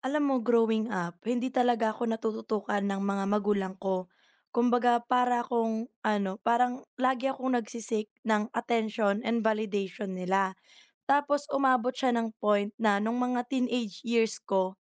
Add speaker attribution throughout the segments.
Speaker 1: Alam mo, growing up, hindi talaga ako natututukan ng mga magulang ko. Kumbaga, para akong, ano, parang lagi akong nagsisik ng attention and validation nila. Tapos, umabot siya ng point na nung mga teenage years ko.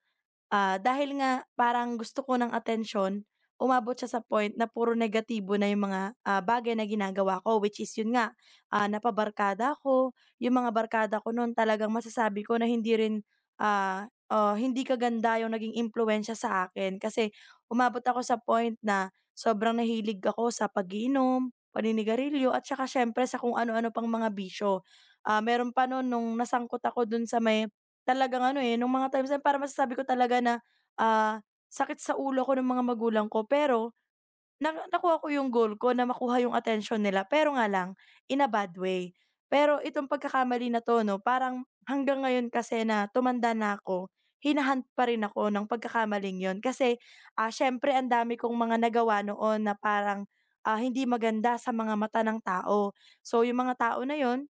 Speaker 1: Dahil nga parang gusto ko ng atensyon, umabot siya sa point na puro negatibo na yung mga, bagay na ginagawa ko, which is yun nga, napabarkada ko yung mga barkada ko nun. Talagang masasabi ko na hindi rin, hindi kaganda yung naging impluwensiya sa akin. Kasi umabot ako sa point na sobrang nahilig ako sa pag-iinom, paninigarilyo at saka siyempre sa kung ano-ano pang mga bisyo. Meron pa nun nung nasangkot ako dun sa may. Talagang ano, eh, nung mga times na yun, parang masasabi ko talaga na, ah, sakit sa ulo ko ng mga magulang ko, pero na nakuha ko yung goal ko na makuha yung attention nila, pero nga lang in a bad way. Pero itong pagkakamali na 'to 'no, parang hanggang ngayon kasi na tumanda na ako, hina-hunt pa rin ako ng pagkakamaling yon, kasi, siyempre ang dami kong mga nagawa noon na parang, hindi maganda sa mga mata ng tao. So yung mga tao na yon,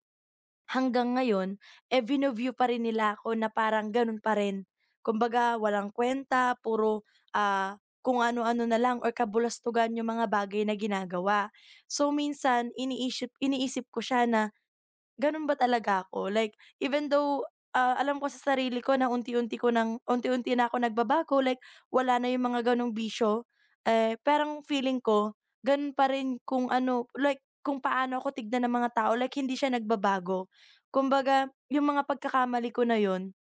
Speaker 1: hanggang ngayon, eh, vino-view pa rin nila ako na parang gano'n pa rin. Kumbaga walang kwenta, puro, kung ano-ano na lang or kabulastugan yung mga bagay na ginagawa. So minsan iniisip iniisip ko siya na gano'n ba talaga ako? Like, even though, alam ko sa sarili ko na unti-unti ko ng unti-unti na ako nagbabago, like wala na yung mga gano'ng bisyo, eh, parang feeling ko gano'n pa rin kung ano, like kung paano ako tignan ng mga tao, like hindi siya nagbabago. Kumbaga, yung mga pagkakamali ko na yun,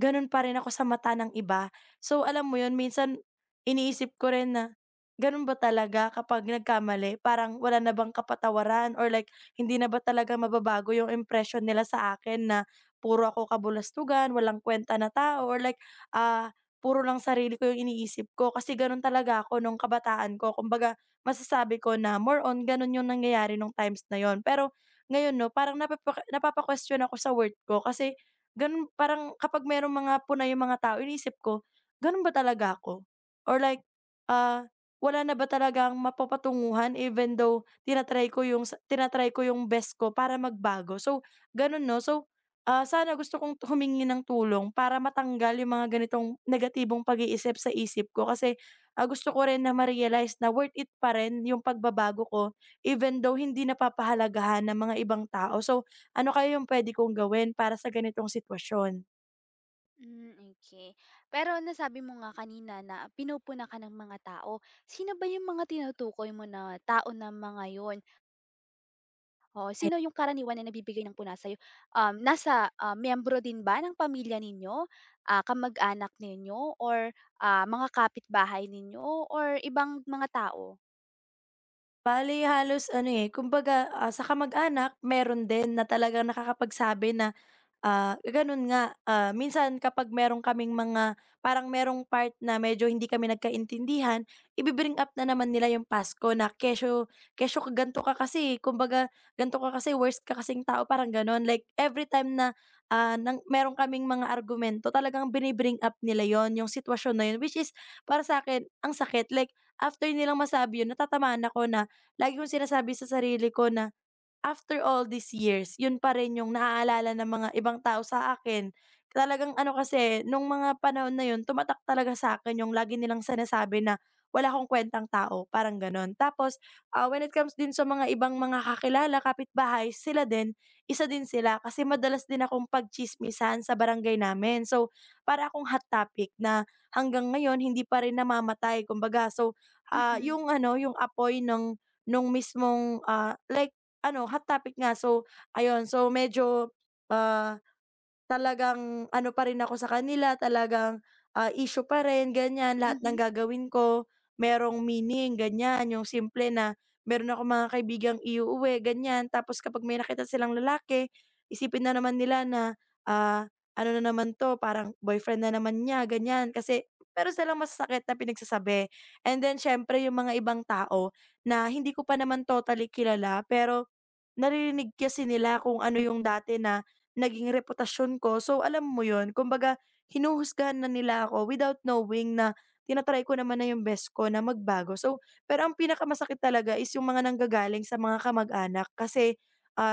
Speaker 1: gano'n pa rin ako sa mata ng iba. So, alam mo 'yun, minsan iniisip ko rin na gano'n ba talaga kapag nagkamali? Parang wala na bang kapatawaran, or like hindi na ba talaga mababago yung impression nila sa akin na puro ako kabulastugan, walang kwenta na tao, or like, ah, puro lang sarili ko yung iniisip ko, kasi gano'n talaga ako nung kabataan ko. Kumbaga, masasabi ko na more on gano'n yung nangyayari nung times na yon. Pero ngayon 'no, parang napapa-question ako sa worth ko, kasi ganun, parang kapag merong mga puna yung mga tao, iniisip ko, ganun ba talaga ako? Or like, ah, wala na ba talagang mapapatunguhan even though tina ko yung best ko para magbago? So, ganun 'no. So, sana, gusto kong humingi ng tulong para matanggal yung mga ganitong negatibong pag-iisip sa isip ko, kasi, gusto ko rin na ma-realize na worth it pa rin yung pagbabago ko even though hindi napapahalagahan ng mga ibang tao. So, ano kaya yung puwede kong gawin para sa ganitong sitwasyon?
Speaker 2: Hmm, okay. Pero nasabi mo nga kanina na pinupuna ka ng mga tao. Sino ba yung mga tinutukoy mo na tao na mga yon o
Speaker 1: Ay.
Speaker 2: sino yung karaniwan na nagbibigay ng puna sa'yo? Nasa, miyembro din ba ng pamilya ninyo, kamag-anak ninyo or, mga kapitbahay ninyo or ibang mga tao?
Speaker 1: Bale halos ano, eh, kumbaga, sa kamag-anak meron din na talagang nakakapagsabi na... Gano'n nga, minsan kapag meron kaming mga, parang merong part na medyo hindi kami nagkaintindihan, ibi-bring up na naman nila yung Pasko na, "Kesyo kesyo ka gan'to ka kasi, kumbaga gan'to ka kasi, worst ka kasing tao," parang gano'n. Like every time na, ng meron kaming mga argumento, talagang binibring up nila yon, yung sitwasyon na 'yun, which is para sa akin ang sakit. Like after nilang masabi 'yun, natatamaan ako na lagi kong sinasabi sa sarili ko na after all these years, yun pa rin yung naaalala ng mga ibang tao sa akin. Talagang ano kasi, nung mga panahon na yun, tumatak talaga sa akin yung lagi nilang sinasabi na, "Wala akong kuwentang tao," parang gano'n. Tapos, when it comes din sa mga ibang mga kakilala, kapitbahay, sila din, isa din sila, kasi madalas din akong pagtsismisan sa barangay namin. So, para akong hot topic na hanggang ngayon hindi pa rin namamatay, kumbaga. So,
Speaker 2: Mm,
Speaker 1: yung ano, yung apoy ng nung mismong, like, ano, hot topic nga. So, ayun. So, medyo, ah, talagang ano pa rin ako sa kanila, talagang, issue pa rin, ganyan. Lahat ng
Speaker 2: mhm.
Speaker 1: gagawin ko merong meaning, ganyan. Yung simple na meron akong mga kaibigang iuuwi, ganyan. Tapos kapag may nakita silang lalaki, isipin na naman nila na, ah, ano na naman 'to, parang boyfriend na naman niya, ganyan. Kasi pero silang masasakit na pinagsasabi. And then siyempre yung mga ibang tao na hindi ko pa naman totally kilala, pero naririnig kasi nila kung ano yung dati na naging reputasyon ko. So, alam mo yun, kumbaga hinuhusgahan na nila ako without knowing na tina ko naman na yung best ko na magbago. So, pero ang pinakamasakit talaga is yung mga nanggagaling sa mga kamag-anak, kasi,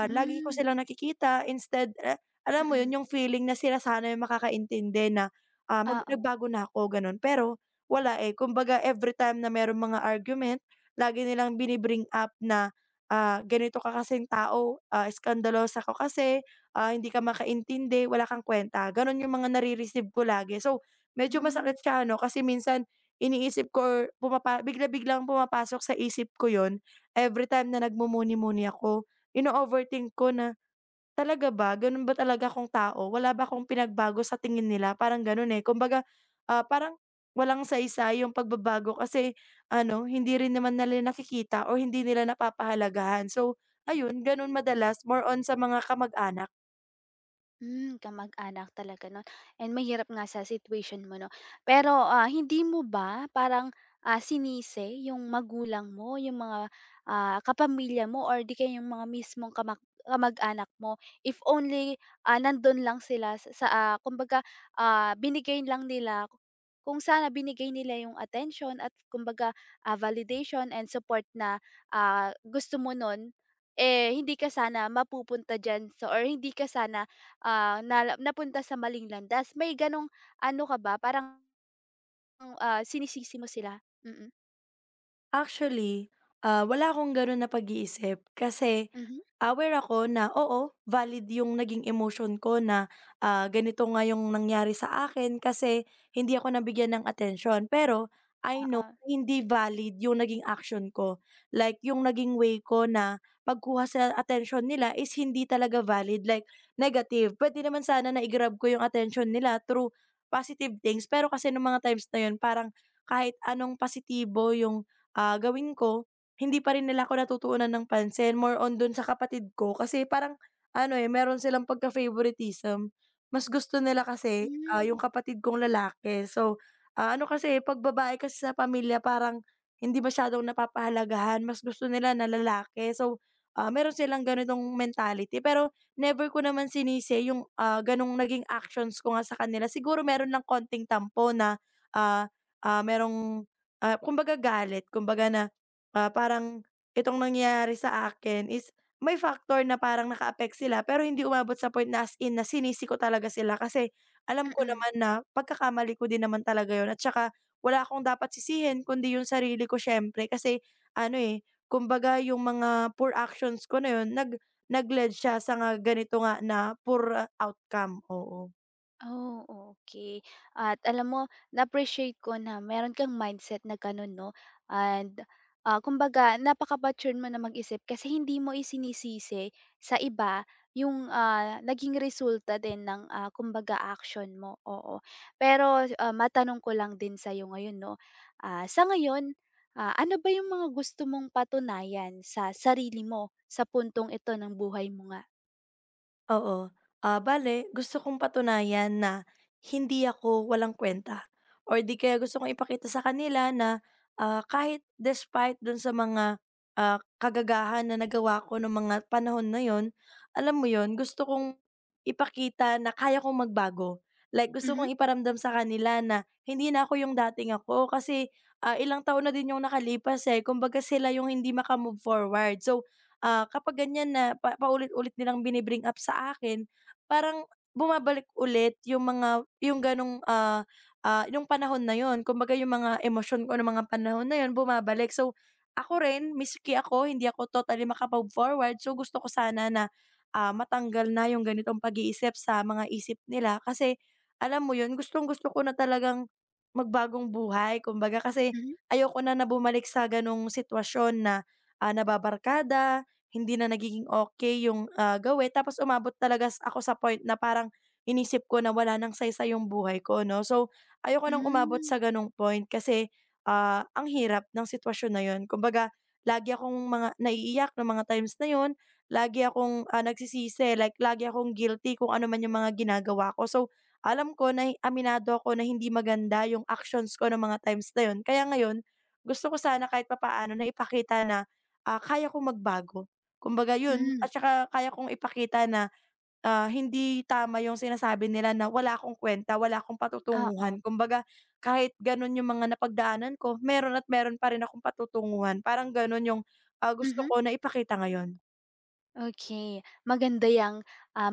Speaker 2: Hmm,
Speaker 1: lagi ko
Speaker 2: mm.
Speaker 1: silang nakikita, instead eh alam mo yun,
Speaker 2: Mm-mm.
Speaker 1: yung feeling na sila sana yung makakaintindi na, ah, mag
Speaker 2: Oo,
Speaker 1: nagbago na ako, ganun. Pero wala, eh. Kumbaga everytime na merong mga argument, lagi nilang bini-bring up na, ganito ka kasing tao, iskandalosa ka kasi, hindi ka makaintindi, wala kang kuwenta. Gano'n yung mga nare-receive ko lagi. So, medyo
Speaker 2: hmm.
Speaker 1: masakit siya 'no, kasi minsan iniisip ko, or bigla-biglang pumapasok sa isip ko yon every time na nagmumuni-muni ako. Ino-overthink ko na talaga ba? Gano'n ba talaga akong tao? Wala ba akong pinagbago sa tingin nila? Parang gano'n, eh. Kumbaga, parang walang saysay yung pagbabago, kasi ano, hindi rin naman nila nakikita, or hindi nila napapahalagahan. So ayun, gano'n madalas, more on sa mga kamag-anak.
Speaker 2: Hmm, kamag-anak talaga 'no, and mahirap nga sa situation mo 'no. Pero, hindi mo ba parang, sinisi yung magulang mo, yung mga, kapamilya mo or 'di kaya yung mga mismong kamag-anak mo if only, nandun lang sila sa, kumbaga, binigay lang nila kung sana binigay nila yung attention at kumbaga, validation and support na, gusto mo nun, eh, hindi ka sana mapupunta diyan so or hindi ka sana. Na napunta sa maling landas. May gano'ng ano ka ba parang, sinisisi mo sila? Mm.
Speaker 1: Actually, wala akong gano'n na pag-iisip, kasi
Speaker 2: Mhm.
Speaker 1: aware ako na oo, valid yung naging emotion ko na, ganito nga yung nangyari sa akin, kasi hindi ako nabigyan ng attention. Pero I know
Speaker 2: Oo.
Speaker 1: na hindi valid yung naging action ko. Like yung naging way ko na pagkuha sa attention nila is hindi talaga valid, like negative. Pwede naman sana na i-grab ko yung attention nila through positive things, pero kasi nung mga times na yun, parang kahit anong positibo yung gawin ko, hindi pa rin nila ako natutuunan ng pansin, more on dun sa kapatid ko, kasi parang ano, eh, meron silang pagka-favoritism. Mas gusto nila kasi,
Speaker 2: Hmm, mm.
Speaker 1: yung kapatid kong lalaki. So, ano kasi, 'pag babae kasi sa pamilya, parang hindi masyadong napapahalagahan, mas gusto nila na lalaki. So, meron silang ganitong mentality, pero never ko naman sinisi yung, ganong naging actions ko nga sa kanila. Siguro meron lang konting tampo na, ah, merong, kumbaga galit, kumbaga na, parang itong nangyari sa akin is may factor na parang naka-affect sila, pero hindi umabot sa point na as in na sinisi ko talaga sila, kasi alam ko
Speaker 2: Mm-mm.
Speaker 1: naman na pagkakamali ko din naman talaga yun, at saka wala akong dapat sisihin kundi yung sarili ko siyempre, kasi ano, eh, kumbaga yung mga poor actions ko na yun, nag-led siya sa, nga ganito nga na poor, outcome, oo.
Speaker 2: Oh, okay. At alam mo, na-appreciate ko na meron kang mindset na gano'n 'no, and, kumbaga napaka-mature mo na mag-isip kasi hindi mo isinisisi sa iba yung, naging resulta din ng, kumbaga action mo, oo. Pero, matanong ko lang din sa'yo ngayon 'no, sa ngayon, ano ba yung mga gusto mong patunayan sa sarili mo sa puntong ito ng buhay mo nga?
Speaker 1: Oo. Bale gusto kong patunayan na hindi ako walang kwenta, or 'di kaya gusto kong ipakita sa kanila na, kahit despite dun sa mga, kagagahan na nagawa ko nung mga panahon na yon, alam mo yon, gusto kong ipakita na kaya kong magbago. Like gusto
Speaker 2: Mhm,
Speaker 1: kong iparamdam sa kanila na hindi na ako yung dating ako, kasi, ilang taon na din yung nakalipas, eh, kumbaga sila yung hindi makamove forward. So, kapag ganyan na paulit-ulit nilang binibring up sa akin, parang bumabalik ulit yung mga, yung ganong, ah, yung panahon na yun. Kumbaga yung mga emosyon ko ng mga panahon na yun bumabalik. So, ako rin miski ako hindi ako totally makapag forward, so gusto ko sana na, matanggal na yung ganitong pag-iisip sa mga isip nila, kasi alam mo yun, gustong-gusto ko na talagang magbagong buhay, kumbaga, kasi
Speaker 2: mhm.
Speaker 1: ayoko na na bumalik sa ganong sitwasyon na, nababarkada, hindi na nagiging okay yung, gawin, tapos umabot talaga ako sa point na parang inisip ko na wala nang saysay yung buhay ko 'no. So, ayoko nang umabot
Speaker 2: Hmm,
Speaker 1: sa gano'ng point, kasi, ang hirap ng sitwasyon na yun. Kumbaga lagi akong mga naiiyak nung mga times na yun, lagi akong, nagsisisi, like lagi akong guilty kung ano man yung mga ginagawa ko. So, alam ko na aminado ako na hindi maganda yung actions ko nung mga times na yun. Kaya ngayon gusto ko sana kahit papaano na ipakita na, kaya kong magbago. Kumbaga yun,
Speaker 2: hmm,
Speaker 1: at saka kaya kong ipakita na, hindi tama yung sinasabi nila na wala akong kwenta, wala akong
Speaker 2: oo.
Speaker 1: patutunguhan. Kumbaga kahit ganun yung mga napagdaanan ko, meron at meron pa rin akong patutunguhan. Parang ganun yung, gusto
Speaker 2: Mhm,
Speaker 1: ko na ipakita ngayon.
Speaker 2: okay. Maganda yung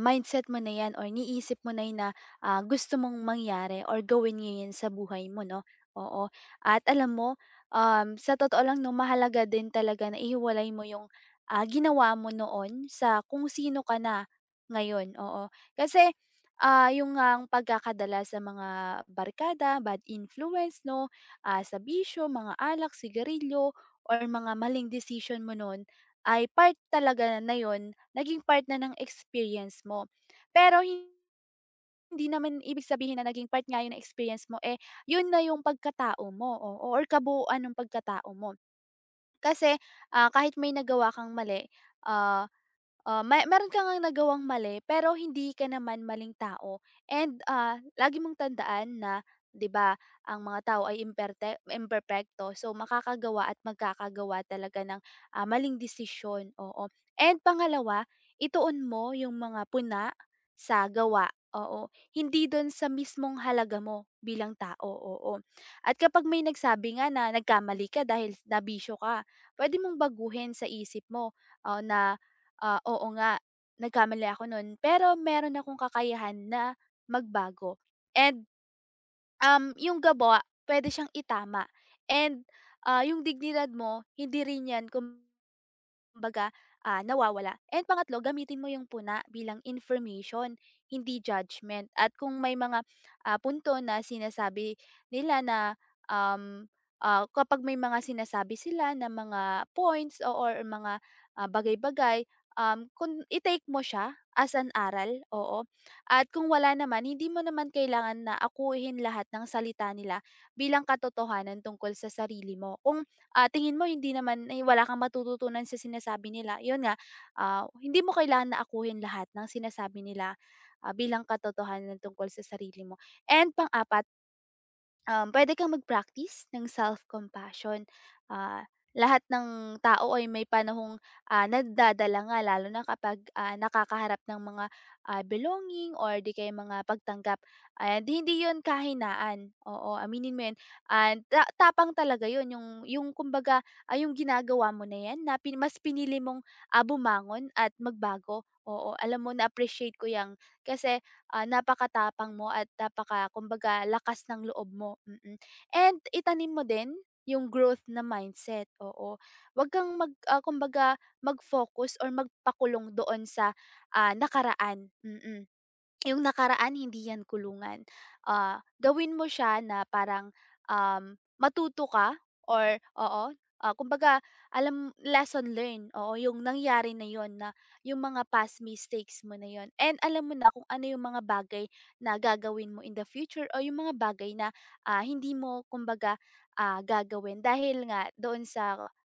Speaker 2: mindset mo na 'yan or iniisip mo na 'yan na, gusto mong mangyari or gawin ngayon sa buhay mo 'no, oo. At alam mo, sa totoo lang 'no, mahalaga din talaga na ihiwalay mo yung, ginawa mo noon sa kung sino ka na ngayon, oo. Kasi, yung ang pagkakadala sa mga barkada, bad influence 'no, sa bisyo, mga alak, sigarilyo or mga maling decision mo noon, ay part talaga na yun, naging part na ng experience mo. Pero hindi naman ibig sabihin na naging part nga yun ng experience mo, eh, yun na yung pagkatao mo, oo, or kabuuan ng pagkatao mo. Kasi, kahit may nagawa kang mali, ah may meron ka ngang nagawang mali pero hindi ka naman maling tao, and, lagi mong tandaan na 'di ba, ang mga tao ay imperpekto. So, makakagawa at magkakagawa talaga ng, maling desisyon, oo. And pangalawa, ituon mo yung mga puna sa gawa, oo. Hindi dun sa mismong halaga mo bilang tao, oo. At kapag may nagsabi nga na nagkamali ka dahil nabisyo ka, pwede mong baguhin sa isip mo, na oo nga, nagkamali ako nun, pero meron akong kakayahan na magbago, and, yung puwede siyang itama, and, yung dignidad mo hindi rin 'yan kumbaga, nawawala. And pangatlo, gamitin mo yung puna bilang information, hindi judgment. At kung may mga punto na sinasabi nila na, um, kapag may mga sinasabi sila na mga points o or mga, bagay-bagay, kung i-take mo siya as an aral, oo. At kung wala naman, hindi mo naman kailangan na akuhin lahat ng salita nila bilang katotohanan tungkol sa sarili mo. Kung, tingin mo hindi naman ay wala kang matututunan sa sinasabi nila, yun nga, hindi mo kailangan na akuhin lahat ng sinasabi nila, bilang katotohanan tungkol sa sarili mo. And pang-apat, puwede kang mag-practice ng self-compassion. Ah, Lahat ng tao ay may panahong, nagdadala nga lalo na kapag, nakakaharap ng mga, belonging or di kay mga pagtanggap. And hindi 'yun kahinaan, oo, aminin mo 'yun. And tapang talaga 'yun, yung kumbaga, yung ginagawa mo na 'yan na mas pinili mong, bumangon at magbago, oo. Alam mo, na-appreciate ko 'yang kasi, napakatapang mo at napaka kumbaga lakas ng loob mo. Mm. Mm. And itanim mo din yung growth na mindset, oo. Wag kang mag kumbaga mag-focus or magpakulong doon sa, nakaraan. Mm. Mm. Yung nakaraan hindi yan kulungan. Gawin mo siya na parang, matuto ka or oo, kumbaga alam lesson learned, oo, yung nangyari na yon, na yung mga past mistakes mo na yon, and alam mo na kung ano yung mga bagay na gagawin mo in the future o yung mga bagay na, hindi mo kumbaga, gagawin dahil nga doon sa,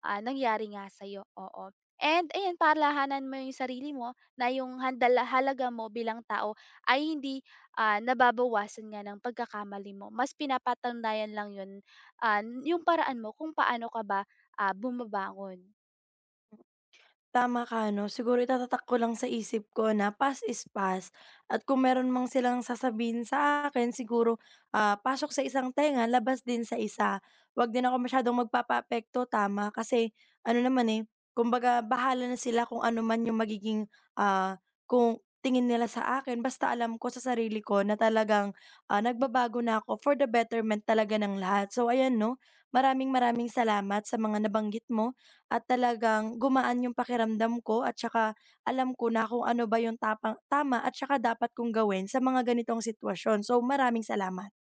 Speaker 2: nangyari nga sa'yo, oo. And ayan, parlahanan mo yung sarili mo na yung halaga mo bilang tao ay hindi, nababawasan nga ng pagkakamali mo. Mas pinapatanayan lang 'yun, yung paraan mo kung paano ka ba, bumabangon.
Speaker 1: Tama ka 'no, siguro itatatak ko lang sa isip ko na past is past, at kung meron mang silang sasabihin sa akin, siguro, pasok sa isang tenga, labas din sa isa. 'Wag din ako masyadong magpapapekto, tama, kasi ano naman, eh, kumbaga bahala na sila kung ano man yung magiging, ah, kung tingin nila sa akin, basta alam ko sa sarili ko na talagang, nagbabago na ako for the betterment talaga ng lahat. So ayan 'no, maraming maraming salamat sa mga nabanggit mo, at talagang gumaan yung pakiramdam ko, at saka alam ko na kung ano ba yung tapang, tama, at saka dapat kong gawin sa mga ganitong sitwasyon. So, maraming salamat.